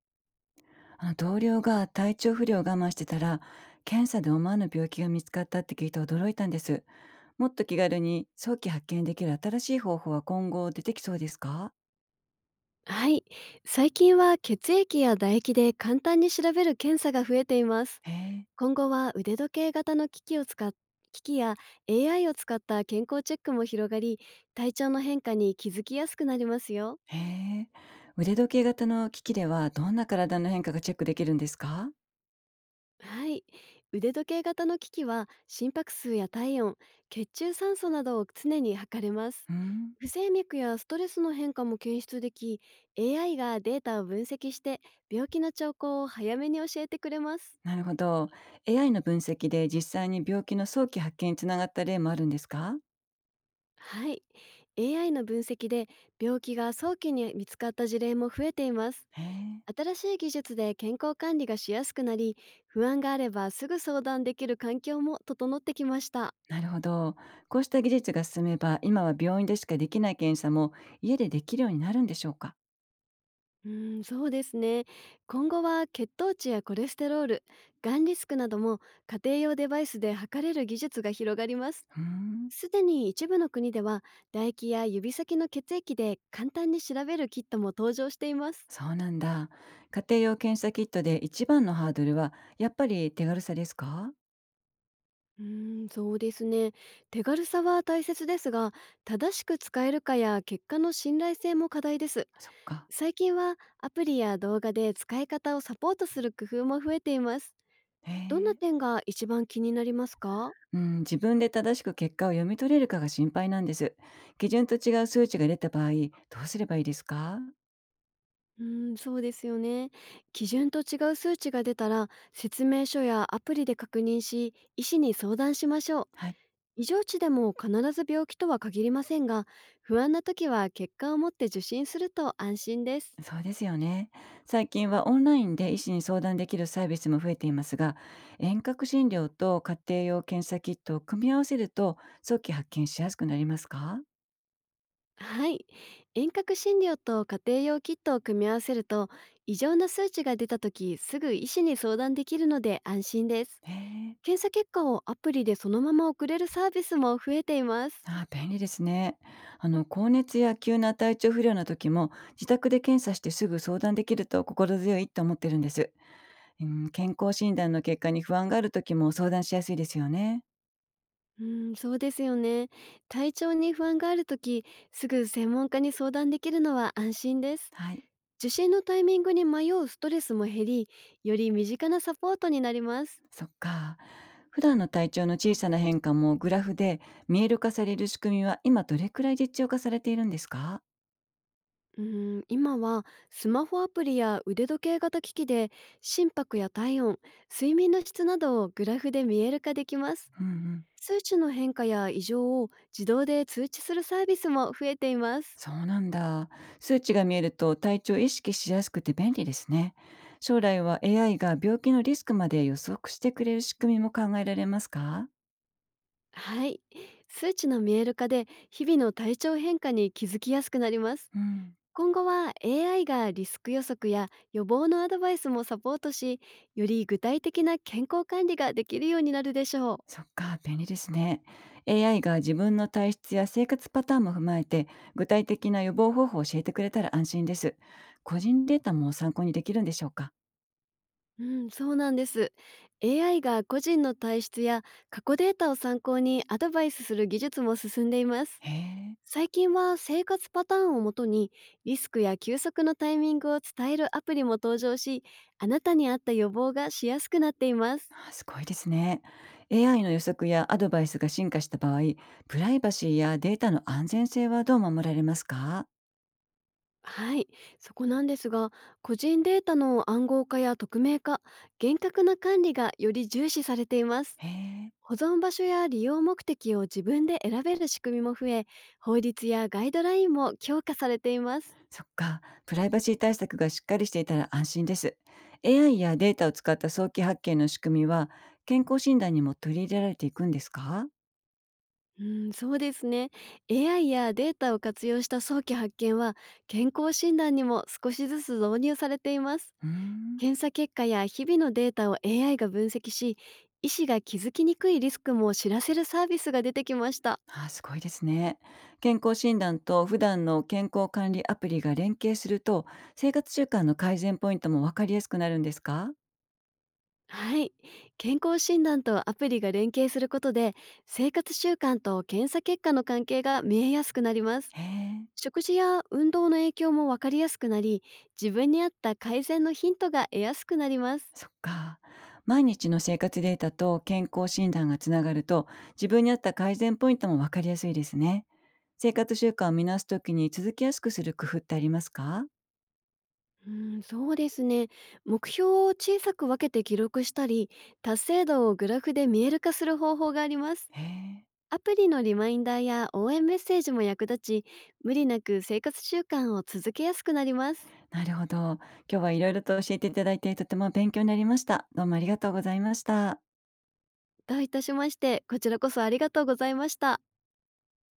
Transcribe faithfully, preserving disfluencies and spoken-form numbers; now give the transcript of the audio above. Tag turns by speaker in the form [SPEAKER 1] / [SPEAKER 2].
[SPEAKER 1] あの同僚が体調不良を我慢してたら、検査で思わぬ病気が見つかったって聞いて驚いたんです。もっと気軽に早期発見できる新しい方法は今後出てきそうですか？
[SPEAKER 2] はい。最近は血液や唾液で簡単に調べる検査が増えています。
[SPEAKER 1] へえ。
[SPEAKER 2] 今後は腕時計型の機器を使っ機器や エーアイ を使った健康チェックも広がり、体調の変化に気づきやすくなりますよ。
[SPEAKER 1] へえ。腕時計型の機器ではどんな体の変化がチェックできるんですか？
[SPEAKER 2] はい。腕時計型の機器は心拍数や体温、血中酸素などを常に測れます。
[SPEAKER 1] うん。
[SPEAKER 2] 不整脈やストレスの変化も検出でき、エーアイ がデータを分析して病気の兆候を早めに教えてくれます。
[SPEAKER 1] なるほど。 エーアイ の分析で実際に病気の早期発見につながった例もあるんですか？
[SPEAKER 2] はい。エーアイ の分析で病気が早期に見つかった事例も増えています。
[SPEAKER 1] へえ。
[SPEAKER 2] 新しい技術で健康管理がしやすくなり、不安があればすぐ相談できる環境も整ってきました。
[SPEAKER 1] なるほど。こうした技術が進めば今は病院でしかできない検査も家でできるようになるんでしょうか？
[SPEAKER 2] うん、そうですね。今後は血糖値やコレステロール、がんリスクなども家庭用デバイスで測れる技術が広がります。
[SPEAKER 1] うーん、
[SPEAKER 2] すでに一部の国では唾液や指先の血液で簡単に調べるキットも登場しています。
[SPEAKER 1] そうなんだ。家庭用検査キットで一番のハードルは、やっぱり手軽さですか？
[SPEAKER 2] うーん、そうですね。手軽さは大切ですが、正しく使えるかや結果の信頼性も課題です。
[SPEAKER 1] あ、そっか。
[SPEAKER 2] 最近はアプリや動画で使い方をサポートする工夫も増えています。
[SPEAKER 1] へ
[SPEAKER 2] どんな
[SPEAKER 1] え。
[SPEAKER 2] 点が一番気になりますか？
[SPEAKER 1] うん、自分で正しく結果を読み取れるかが心配なんです。基準と違う数値が出た場合、どうすればいいですか？
[SPEAKER 2] うーん、そうですよね。基準と違う数値が出たら、説明書やアプリで確認し、医師に相談しましょう。
[SPEAKER 1] はい、
[SPEAKER 2] 異常値でも必ず病気とは限りませんが、不安な時は結果を持って受診すると安心です。
[SPEAKER 1] そうですよね。最近はオンラインで医師に相談できるサービスも増えていますが、遠隔診療と家庭用検査キットを組み合わせると、早期発見しやすくなりますか？
[SPEAKER 2] はい。遠隔診療と家庭用キットを組み合わせると、異常な数値が出た時すぐ医師に相談できるので安心です。
[SPEAKER 1] へえ。
[SPEAKER 2] 検査結果をアプリでそのまま送れるサービスも増えています。
[SPEAKER 1] ああ、便利ですね。あの、高熱や急な体調不良の時も、自宅で検査してすぐ相談できると心強いと思ってるんです。うん、健康診断の結果に不安がある時も相談しやすいですよね。
[SPEAKER 2] うん、そうですよね。体調に不安がある時、すぐ専門家に相談できるのは安心です。
[SPEAKER 1] はい、
[SPEAKER 2] 受診のタイミングに迷うストレスも減り、より身近なサポートになります。
[SPEAKER 1] そっか。普段の体調の小さな変化もグラフで見える化される仕組みは今どれくらい実用化されているんですか？
[SPEAKER 2] うーん、今はスマホアプリや腕時計型機器で心拍や体温、睡眠の質などをグラフで見える化できます。
[SPEAKER 1] うん。
[SPEAKER 2] 数値の変化や異常を自動で通知するサービスも増えています。
[SPEAKER 1] そうなんだ。数値が見えると体調を意識しやすくて便利ですね。将来は エーアイ が病気のリスクまで予測してくれる仕組みも考えられますか？
[SPEAKER 2] はい。数値の見える化で日々の体調変化に気づきやすくなります。
[SPEAKER 1] うん。
[SPEAKER 2] 今後は エーアイ がリスク予測や予防のアドバイスもサポートし、より具体的な健康管理ができるようになるでしょう。
[SPEAKER 1] そっか、便利ですね。エーアイ が自分の体質や生活パターンも踏まえて、具体的な予防方法を教えてくれたら安心です。個人データも参考にできるんでしょうか？
[SPEAKER 2] うん、そうなんです。エーアイ が個人の体質や過去データを参考にアドバイスする技術も進んでいます。
[SPEAKER 1] へえ、
[SPEAKER 2] 最近は生活パターンをもとにリスクや休息のタイミングを伝えるアプリも登場し、あなたに合った予防がしやすくなっています。
[SPEAKER 1] あ、すごいですね。エーアイ の予測やアドバイスが進化した場合、プライバシーやデータの安全性はどう守られますか？
[SPEAKER 2] はい、そこなんですが、個人データの暗号化や匿名化、厳格な管理がより重視されています。
[SPEAKER 1] へえ、
[SPEAKER 2] 保存場所や利用目的を自分で選べる仕組みも増え、法律やガイドラインも強化されています。
[SPEAKER 1] そっか。プライバシー対策がしっかりしていたら安心です。エーアイ やデータを使った早期発見の仕組みは、健康診断にも取り入れられていくんですか？
[SPEAKER 2] うん、そうですね。エーアイ やデータを活用した早期発見は、健康診断にも少しずつ導入されています。
[SPEAKER 1] うーん。
[SPEAKER 2] 検査結果や日々のデータを エーアイ が分析し、医師が気づきにくいリスクも知らせるサービスが出てきました。
[SPEAKER 1] あ、すごいですね。健康診断と普段の健康管理アプリが連携すると、生活習慣の改善ポイントもわかりやすくなるんですか？
[SPEAKER 2] はい。健康診断とアプリが連携することで、生活習慣と検査結果の関係が見えやすくなります。
[SPEAKER 1] へえ。
[SPEAKER 2] 食事や運動の影響も分かりやすくなり、自分に合った改善のヒントが得やすくなります。
[SPEAKER 1] そっか。毎日の生活データと健康診断がつながると、自分に合った改善ポイントもわかりやすいですね。生活習慣を見直すときに続きやすくする工夫ってありますか？
[SPEAKER 2] うん、そうですね。目標を小さく分けて記録したり、達成度をグラフで見える化する方法があります。
[SPEAKER 1] へえ、
[SPEAKER 2] アプリのリマインダーや応援メッセージも役立ち、無理なく生活習慣を続けやすくなります。
[SPEAKER 1] なるほど。今日はいろいろと教えていただいてとても勉強になりました。どうもありがとうございました。
[SPEAKER 2] どういたしまして。こちらこそありがとうございました。